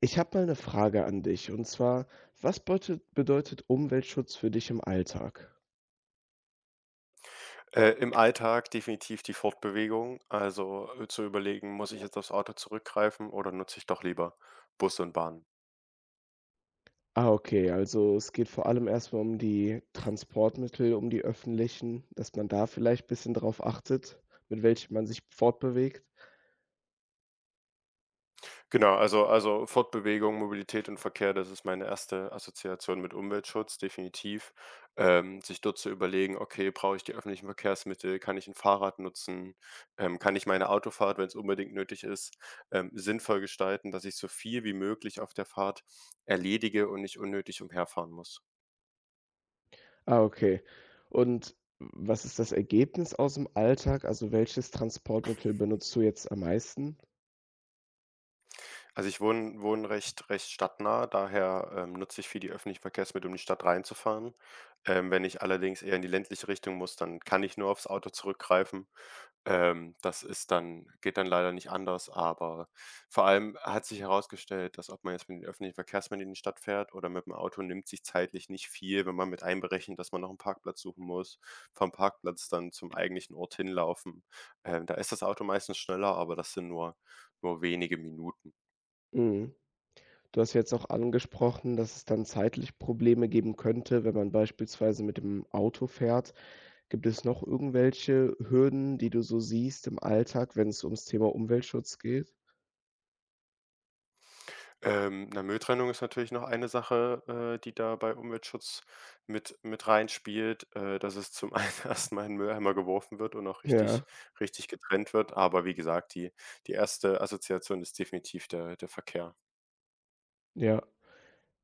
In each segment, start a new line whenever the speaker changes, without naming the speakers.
Ich habe mal eine Frage an dich und zwar, was beutet bedeutet Umweltschutz für dich im Alltag?
Im Alltag definitiv die Fortbewegung. Also, zu überlegen: „Muss ich jetzt aufs Auto zurückgreifen oder nutze ich doch lieber Bus und Bahn?“
Ah, okay, also es geht vor allem erst mal um die Transportmittel, um die öffentlichen, dass man da vielleicht ein bisschen drauf achtet, mit welchen man sich fortbewegt?
Genau, also Fortbewegung, Mobilität und Verkehr, das ist meine erste Assoziation mit Umweltschutz, definitiv. Sich dort zu überlegen: „Okay, brauche ich die öffentlichen Verkehrsmittel? Kann ich ein Fahrrad nutzen? Kann ich meine Autofahrt, wenn es unbedingt nötig ist, sinnvoll gestalten, dass ich so viel wie möglich auf der Fahrt erledige und nicht unnötig umherfahren muss?“
Ah, okay. Und was ist das Ergebnis aus dem Alltag? Also, welches Transportmittel benutzt du jetzt am meisten?
Also, ich wohne recht stadtnah, daher nutze ich viel die öffentlichen Verkehrsmittel, um in die Stadt reinzufahren. Wenn ich allerdings eher in die ländliche Richtung muss, dann kann ich nur aufs Auto zurückgreifen. Das ist dann geht dann leider nicht anders, aber vor allem hat sich herausgestellt, dass, ob man jetzt mit den öffentlichen Verkehrsmitteln in die Stadt fährt oder mit dem Auto, nimmt sich zeitlich nicht viel, wenn man mit einberechnet, dass man noch einen Parkplatz suchen muss, vom Parkplatz dann zum eigentlichen Ort hinlaufen. Da ist das Auto meistens schneller, aber das sind nur wenige Minuten.
Mhm. Du hast jetzt auch angesprochen, dass es dann zeitlich Probleme geben könnte, wenn man beispielsweise mit dem Auto fährt. Gibt es noch irgendwelche Hürden, die du so siehst im Alltag, wenn es ums Thema Umweltschutz geht?
Mülltrennung ist natürlich noch eine Sache, die da bei Umweltschutz mit reinspielt, dass es zum einen erst mal in 'n Mülleimer geworfen wird und auch richtig
Ja,
richtig getrennt wird. Aber wie gesagt, die erste Assoziation ist definitiv der Verkehr.
ja.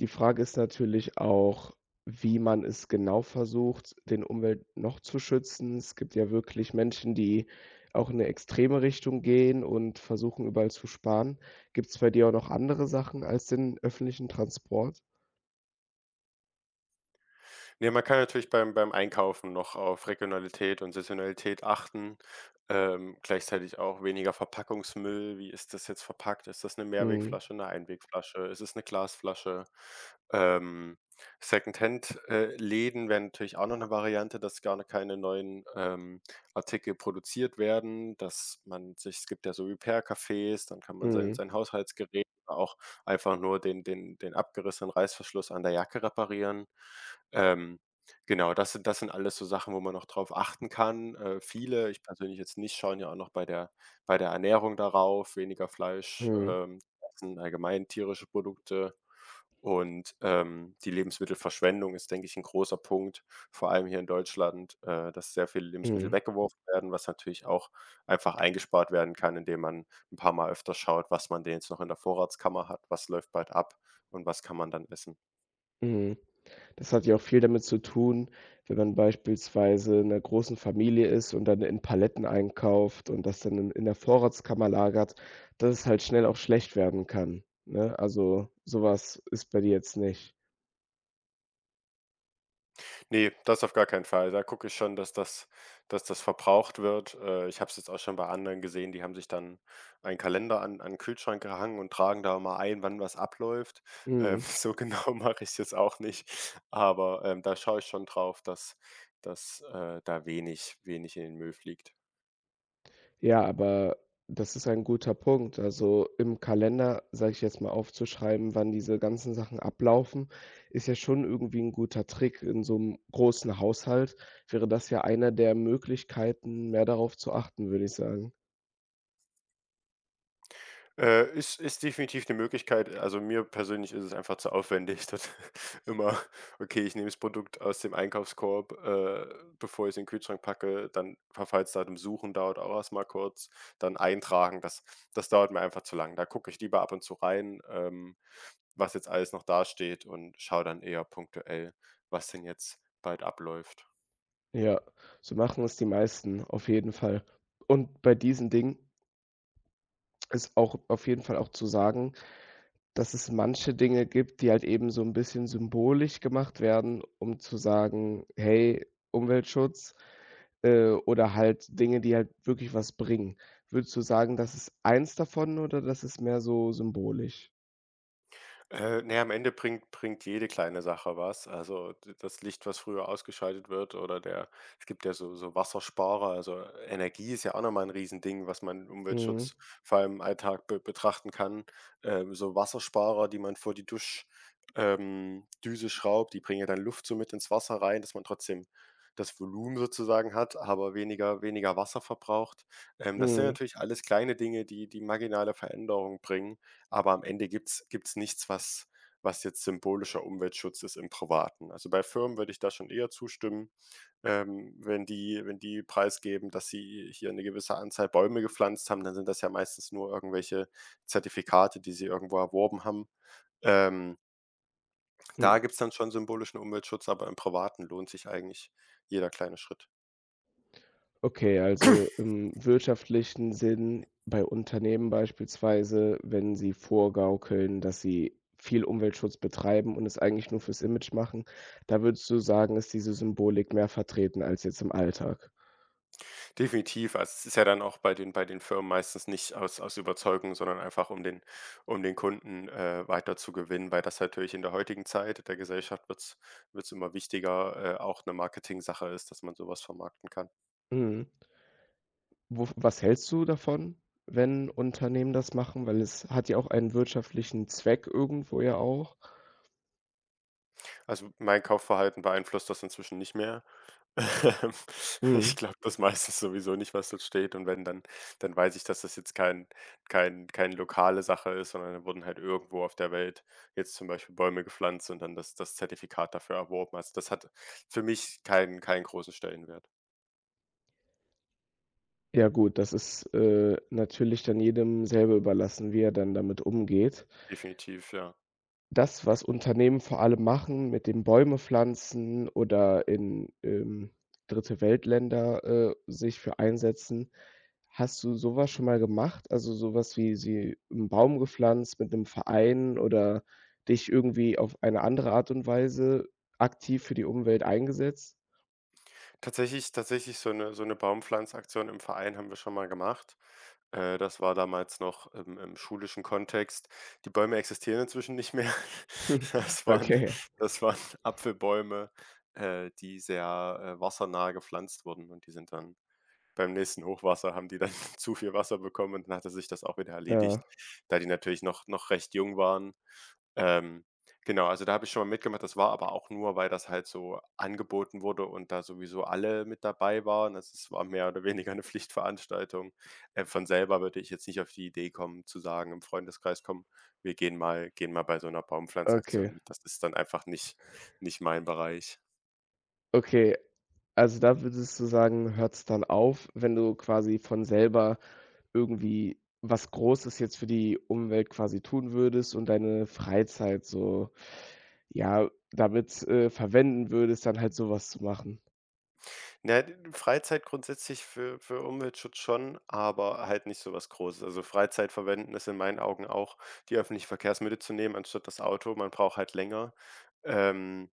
Die Frage ist natürlich auch, wie man es genau versucht, den Umwelt noch zu schützen. Es gibt ja wirklich Menschen, die auch in eine extreme Richtung gehen und versuchen, überall zu sparen. Gibt es bei dir auch noch andere Sachen als den öffentlichen Transport?
Ne, man kann natürlich beim Einkaufen noch auf Regionalität und Saisonalität achten, gleichzeitig auch weniger Verpackungsmüll. Wie ist das jetzt verpackt? Ist das eine
Mhm,
Mehrwegflasche, eine Einwegflasche? Ist es eine Glasflasche? Ähm, Secondhand, Läden wären natürlich auch noch eine Variante, dass gar keine neuen, Artikel produziert werden, dass man sich es gibt ja so Repair-Cafés, dann kann man sein
mhm.
sein Haushaltsgerät auch einfach nur den abgerissenen Reißverschluss an der Jacke reparieren. Ähm, genau, das sind alles so Sachen, wo man noch drauf achten kann. Viele, ich persönlich jetzt nicht, schauen ja auch noch bei der Ernährung darauf, weniger Fleisch,
Mhm,
essen allgemein tierische Produkte. Und die Lebensmittelverschwendung ist, denke ich, ein großer Punkt, vor allem hier in Deutschland, dass sehr viele Lebensmittel
mhm,
weggeworfen werden, was natürlich auch einfach eingespart werden kann, indem man ein paar Mal öfter schaut, was man denn jetzt noch in der Vorratskammer hat, was läuft bald ab und was kann man dann essen.
mhm. Das hat ja auch viel damit zu tun, wenn man beispielsweise in 'ner großen Familie ist und dann in Paletten einkauft und das dann in der Vorratskammer lagert, dass es halt schnell auch schlecht werden kann, ne? Also, so was ist bei dir jetzt nicht.
Ne, das auf gar keinen Fall. Da gucke ich schon, dass das verbraucht wird. Ich habe es jetzt auch schon bei anderen gesehen, die haben sich dann einen Kalender an 'n Kühlschrank gehangen und tragen da mal ein, wann was abläuft.
Mhm.
So genau mache ich's jetzt auch nicht, aber da schaue ich schon drauf, dass da wenig in den Müll fliegt.
Ja, aber das ist ein guter Punkt. Also, im Kalender, sage ich jetzt mal, aufzuschreiben, wann diese ganzen Sachen ablaufen, ist ja schon irgendwie ein guter Trick. In so einem großen Haushalt wäre das ja eine der Möglichkeiten, mehr darauf zu achten, würde ich sagen.
Ist definitiv eine Möglichkeit. Also, mir persönlich ist es einfach zu aufwendig, dann immer okay, ich nehme das Produkt aus dem Einkaufskorb, bevor ich es in den Kühlschrank packe, dann Verfallsdatum suchen dauert auch erst mal kurz, dann eintragen, das dauert mir einfach zu lang. Da gucke ich lieber ab und zu rein, was jetzt alles noch dasteht und schaue dann eher punktuell, was denn jetzt bald abläuft.
Ja, so machen es die meisten, auf jeden Fall. Und bei diesen Dingen ist auch auf jeden Fall auch zu sagen, dass es manche Dinge gibt, die halt eben so ein bisschen symbolisch gemacht werden, um zu sagen: „Hey, Umweltschutz“, oder halt Dinge, die halt wirklich was bringen. Würdest du sagen, das ist eins davon oder das ist mehr so symbolisch?
Ne, am Ende bringt jede kleine Sache was. Also, d das Licht, was früher ausgeschaltet wird, oder der es gibt ja so Wassersparer, also Energie ist ja auch nochmal ein 'n Riesending, was man im
Mhm.
Umweltschutz vor allem im Alltag be betrachten kann. So Wassersparer, die man vor die Dusch Düse schraubt, die bringen ja dann Luft so mit ins Wasser rein, dass man trotzdem das Volumen sozusagen hat, aber weniger Wasser verbraucht. Das sind
Mhm.
natürlich alles kleine Dinge, die marginale Veränderung bringen. Aber am Ende gibt's nichts, was jetzt symbolischer Umweltschutz ist im Privaten. Also, bei Firmen würde ich da schon eher zustimmen, wenn die preisgeben, dass sie hier eine gewisse Anzahl Bäume gepflanzt haben, dann sind das ja meistens nur irgendwelche Zertifikate, die sie irgendwo erworben haben. Ähm, da
Mhm.
gibt's dann schon symbolischen Umweltschutz, aber im Privaten lohnt sich eigentlich jeder kleine Schritt.
Okay, also im wirtschaftlichen Sinn bei Unternehmen beispielsweise, wenn sie vorgaukeln, dass sie viel Umweltschutz betreiben und es eigentlich nur fürs Image machen, da würdest du sagen, ist diese Symbolik mehr vertreten als jetzt im Alltag?
Definitiv. Also, es ist ja dann auch bei den Firmen meistens nicht aus Überzeugung, sondern einfach um den Kunden, weiter zu gewinnen, weil das natürlich in der heutigen Zeit der Gesellschaft wird es immer wichtiger, auch Marketing Sache ist, dass man sowas vermarkten kann.
Mhm. Wo was hältst du davon, wenn Unternehmen das machen? Weil es hat ja auch einen wirtschaftlichen Zweck irgendwo ja auch.
Also, mein Kaufverhalten beeinflusst das inzwischen nicht mehr. Ähm, Ich
Mhm.
glaube das meistens sowieso nicht, was dort steht, und wenn, dann weiß ich, dass das jetzt keine lokale Sache ist, sondern da wurden halt irgendwo auf der Welt jetzt zum Beispiel Bäume gepflanzt und dann das Zertifikat dafür erworben. Also, das hat für mich keinen großen Stellenwert.
Ja gut, das ist, natürlich dann jedem selber überlassen, wie er dann damit umgeht.
Definitiv, ja.
Das, was Unternehmen vor allem machen mit dem Bäume pflanzen oder in, Dritte Weltländer, sich für einsetzen. Hast du sowas schon mal gemacht? Also, sowas wie sie einen Baum gepflanzt mit einem Verein oder dich irgendwie auf eine andere Art und Weise aktiv für die Umwelt eingesetzt?
Tatsächlich so 'ne Baumpflanzaktion im Verein haben wir schon mal gemacht. Das war damals noch im schulischen Kontext. Die Bäume existieren inzwischen nicht mehr. Das waren
Okay,
das waren Apfelbäume, die sehr, wassernah gepflanzt wurden, und die sind dann beim nächsten Hochwasser haben die dann zu viel Wasser bekommen, und dann hatte sich das auch wieder erledigt,
ja,
da die natürlich noch recht jung waren. Ähm, genau, also da habe ich schon mal mitgemacht. Das war aber auch nur, weil das halt so angeboten wurde und da sowieso alle mit dabei waren. Also, es war mehr oder weniger eine Pflichtveranstaltung. Von selber würde ich jetzt nicht auf die Idee kommen, zu sagen im Freundeskreis: kommen, wir gehen mal bei so einer Baumpflanzaktion
okay,
mit.“ Das ist dann einfach nicht mein Bereich.
okay. Also, da würdest du sagen, hört es dann auf, wenn du quasi von selber irgendwie was Großes jetzt für die Umwelt quasi tun würdest und deine Freizeit so, ja, damit, verwenden würdest, dann halt so was zu machen.
Freizeit grundsätzlich für Umweltschutz schon, aber halt nicht so was Großes. Also, Freizeit verwenden ist in meinen Augen auch, die öffentlichen Verkehrsmittel zu nehmen anstatt das Auto. Man braucht halt länger. Ähm,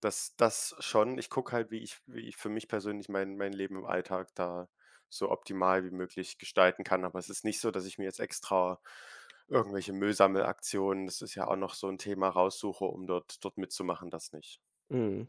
das schon. Ich gucke halt, wie ich für mich persönlich mein Leben im Alltag da so optimal wie möglich gestalten kann. Aber es ist nicht so, dass ich mir jetzt extra irgendwelche Müllsammelaktionen das ist ja auch noch so ein Thema, raussuche, um dort mitzumachen, das nicht.
Mhm.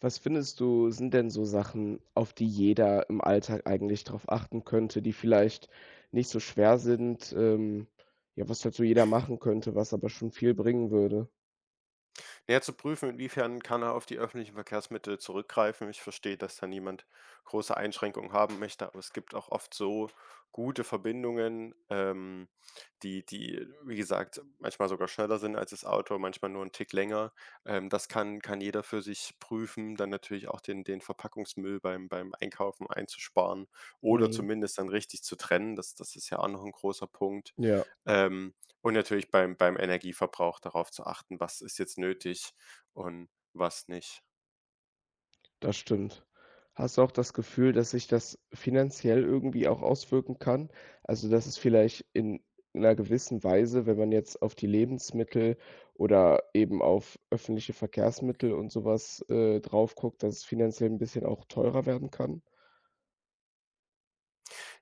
Was findest du, sind denn so Sachen, auf die jeder im Alltag eigentlich drauf achten könnte, die vielleicht nicht so schwer sind, ja, was halt so jeder machen könnte, was aber schon viel bringen würde?
Na ja, zu prüfen, inwiefern kann er auf die öffentlichen Verkehrsmittel zurückgreifen. Ich verstehe, dass da niemand große Einschränkungen haben möchte, aber es gibt auch oft so gute Verbindungen, die wie gesagt, manchmal sogar schneller sind als das Auto, manchmal nur 'n Tick länger. Das kann jeder für sich prüfen, dann natürlich auch den Verpackungsmüll beim Einkaufen einzusparen oder
Mhm.
zumindest dann richtig zu trennen. Das ist ja auch noch ein großer Punkt.
Ja.
Ähm und natürlich beim Energieverbrauch darauf zu achten, was ist jetzt nötig und was nicht.
Das stimmt. Hast du auch das Gefühl, dass sich das finanziell irgendwie auch auswirken kann? Also, dass es vielleicht in 'ner gewissen Weise, wenn man jetzt auf die Lebensmittel oder eben auf öffentliche Verkehrsmittel und so was, drauf guckt, dass es finanziell 'n bisschen auch teurer werden kann?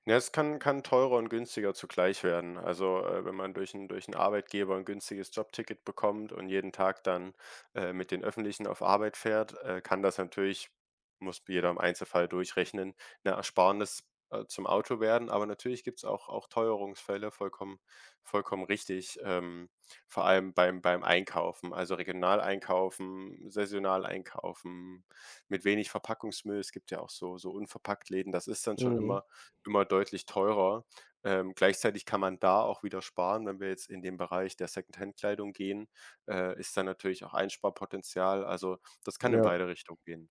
Ja, es kann teurer und günstiger zugleich werden. Also, wenn man durch einen Arbeitgeber ein günstiges Jobticket bekommt und jeden Tag dann, mit den Öffentlichen auf Arbeit fährt, kann das natürlich muss jeder im Einzelfall durchrechnen, 'ne Ersparnis, zum Auto werden. Aber natürlich gibt's auch Teuerungsfälle, vollkommen richtig, vor allem beim Einkaufen. Also, regional einkaufen, saisonal einkaufen, mit wenig Verpackungsmüll. Es gibt ja auch so unverpackt Läden. Das ist dann schon
Mhm,
immer deutlich teurer. Gleichzeitig kann man da auch wieder sparen, wenn wir jetzt in den Bereich der Secondhand-Kleidung gehen, ist da natürlich auch Einsparpotenzial. Also, das kann in
ja.
beide Richtungen gehen.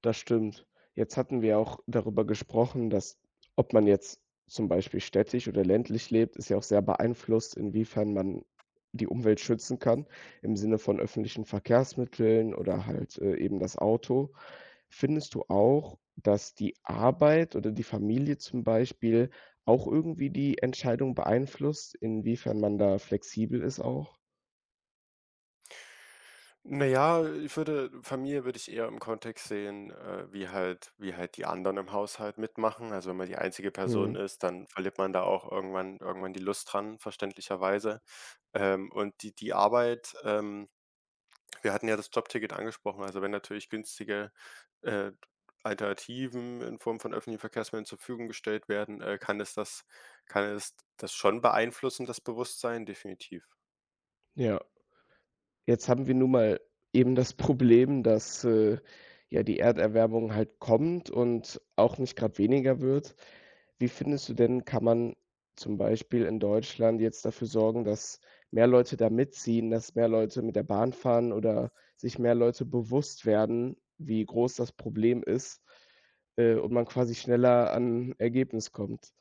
Das stimmt. Jetzt hatten wir auch darüber gesprochen, dass ob man jetzt zum Beispiel städtisch oder ländlich lebt, ist ja auch sehr beeinflusst, inwiefern man die Umwelt schützen kann, im Sinne von öffentlichen Verkehrsmitteln oder halt, eben das Auto. Findest du auch, dass die Arbeit oder die Familie zum Beispiel auch irgendwie die Entscheidung beeinflusst, inwiefern man da flexibel ist auch?
Na ja, ich würde Familie würde ich eher im Kontext sehen, wie halt die anderen im Haushalt mitmachen. Also, wenn man die einzige Person
Mhm,
ist, dann verliert man da auch irgendwann die Lust dran, verständlicherweise. Und die Arbeit, wir hatten ja das Jobticket angesprochen. Also, wenn natürlich günstige, äh, Alternativen in Form von öffentlichen Verkehrsmitteln zur Verfügung gestellt werden, kann es das schon beeinflussen, das Bewusstsein? Definitiv.
ja. Jetzt haben wir nun mal eben das Problem, dass, ja, die Erderwärmung halt kommt und auch nicht gerade weniger wird. Wie findest du denn, kann man zum Beispiel in Deutschland jetzt dafür sorgen, dass mehr Leute da mitziehen, dass mehr Leute mit der Bahn fahren oder sich mehr Leute bewusst werden, wie groß das Problem ist, und man quasi schneller an Ergebnis kommt?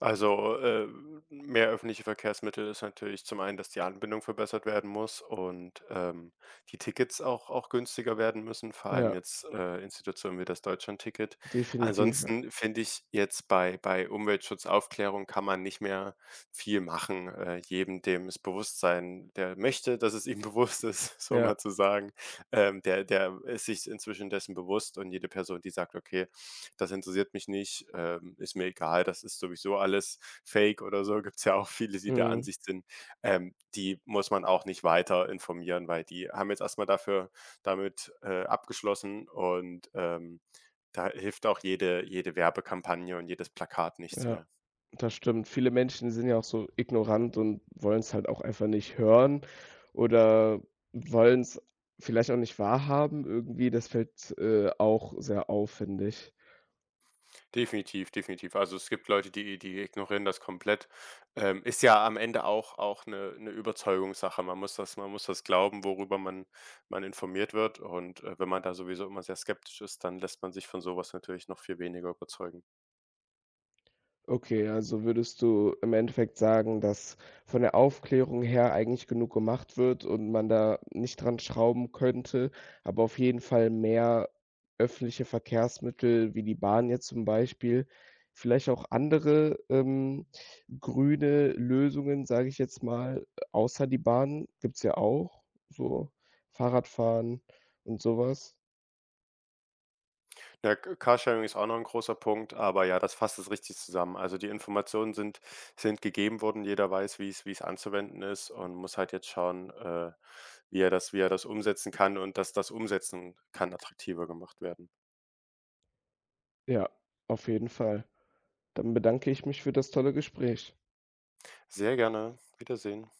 Also, mehr öffentliche Verkehrsmittel ist natürlich zum einen, dass die Anbindung verbessert werden muss und, die Tickets auch günstiger werden müssen, vor allem
Ja,
jetzt, Institutionen wie das Deutschlandticket.
definitiv, ja.
Ansonsten finde ich jetzt bei Umweltschutzaufklärung kann man nicht mehr viel machen. Jedem, dem es bewusst sein der möchte, dass es ihm bewusst ist, so
Ja,
mal zu sagen, der ist sich inzwischen dessen bewusst, und jede Person, die sagt: „Okay, das interessiert mich nicht, ist mir egal, das ist sowieso alles Fake oder so. Gibt es ja auch viele, die der
mhm,
Ansicht sind. Die muss man auch nicht weiter informieren, weil die haben jetzt erstmal dafür damit, abgeschlossen und, da hilft auch jede Werbekampagne und jedes Plakat nichts
ja.
mehr.
Das stimmt. Viele Menschen sind ja auch so ignorant und wollen es halt auch einfach nicht hören oder wollen es vielleicht auch nicht wahrhaben irgendwie. Das fällt, auch sehr auf, finde ich.
Definitiv, definitiv. Also, es gibt Leute, die ignorieren das komplett. Ist ja am Ende auch eine 'ne Überzeugungssache. Man muss das glauben, worüber man informiert wird, und, wenn man da sowieso immer sehr skeptisch ist, dann lässt man sich von so was natürlich noch viel weniger überzeugen.
Okay, also würdest du im Endeffekt sagen, dass von der Aufklärung her eigentlich genug gemacht wird und man da nicht dran schrauben könnte, aber auf jeden Fall mehr öffentliche Verkehrsmittel wie die Bahn jetzt zum Beispiel, vielleicht auch andere, grüne Lösungen, sage ich jetzt mal, außer die Bahn gibt's ja auch, so Fahrradfahren und sowas.
Ja, Ca Carsharing ist auch noch ein großer Punkt, aber ja, das fasst es richtig zusammen. Also, die Informationen sind gegeben worden. Jeder weiß, wie es anzuwenden ist und muss halt jetzt schauen, wie er das umsetzen kann und dass das Umsetzen kann attraktiver gemacht werden.
Ja, auf jeden Fall. Dann bedanke ich mich für das tolle Gespräch.
Sehr gerne. Wiedersehen.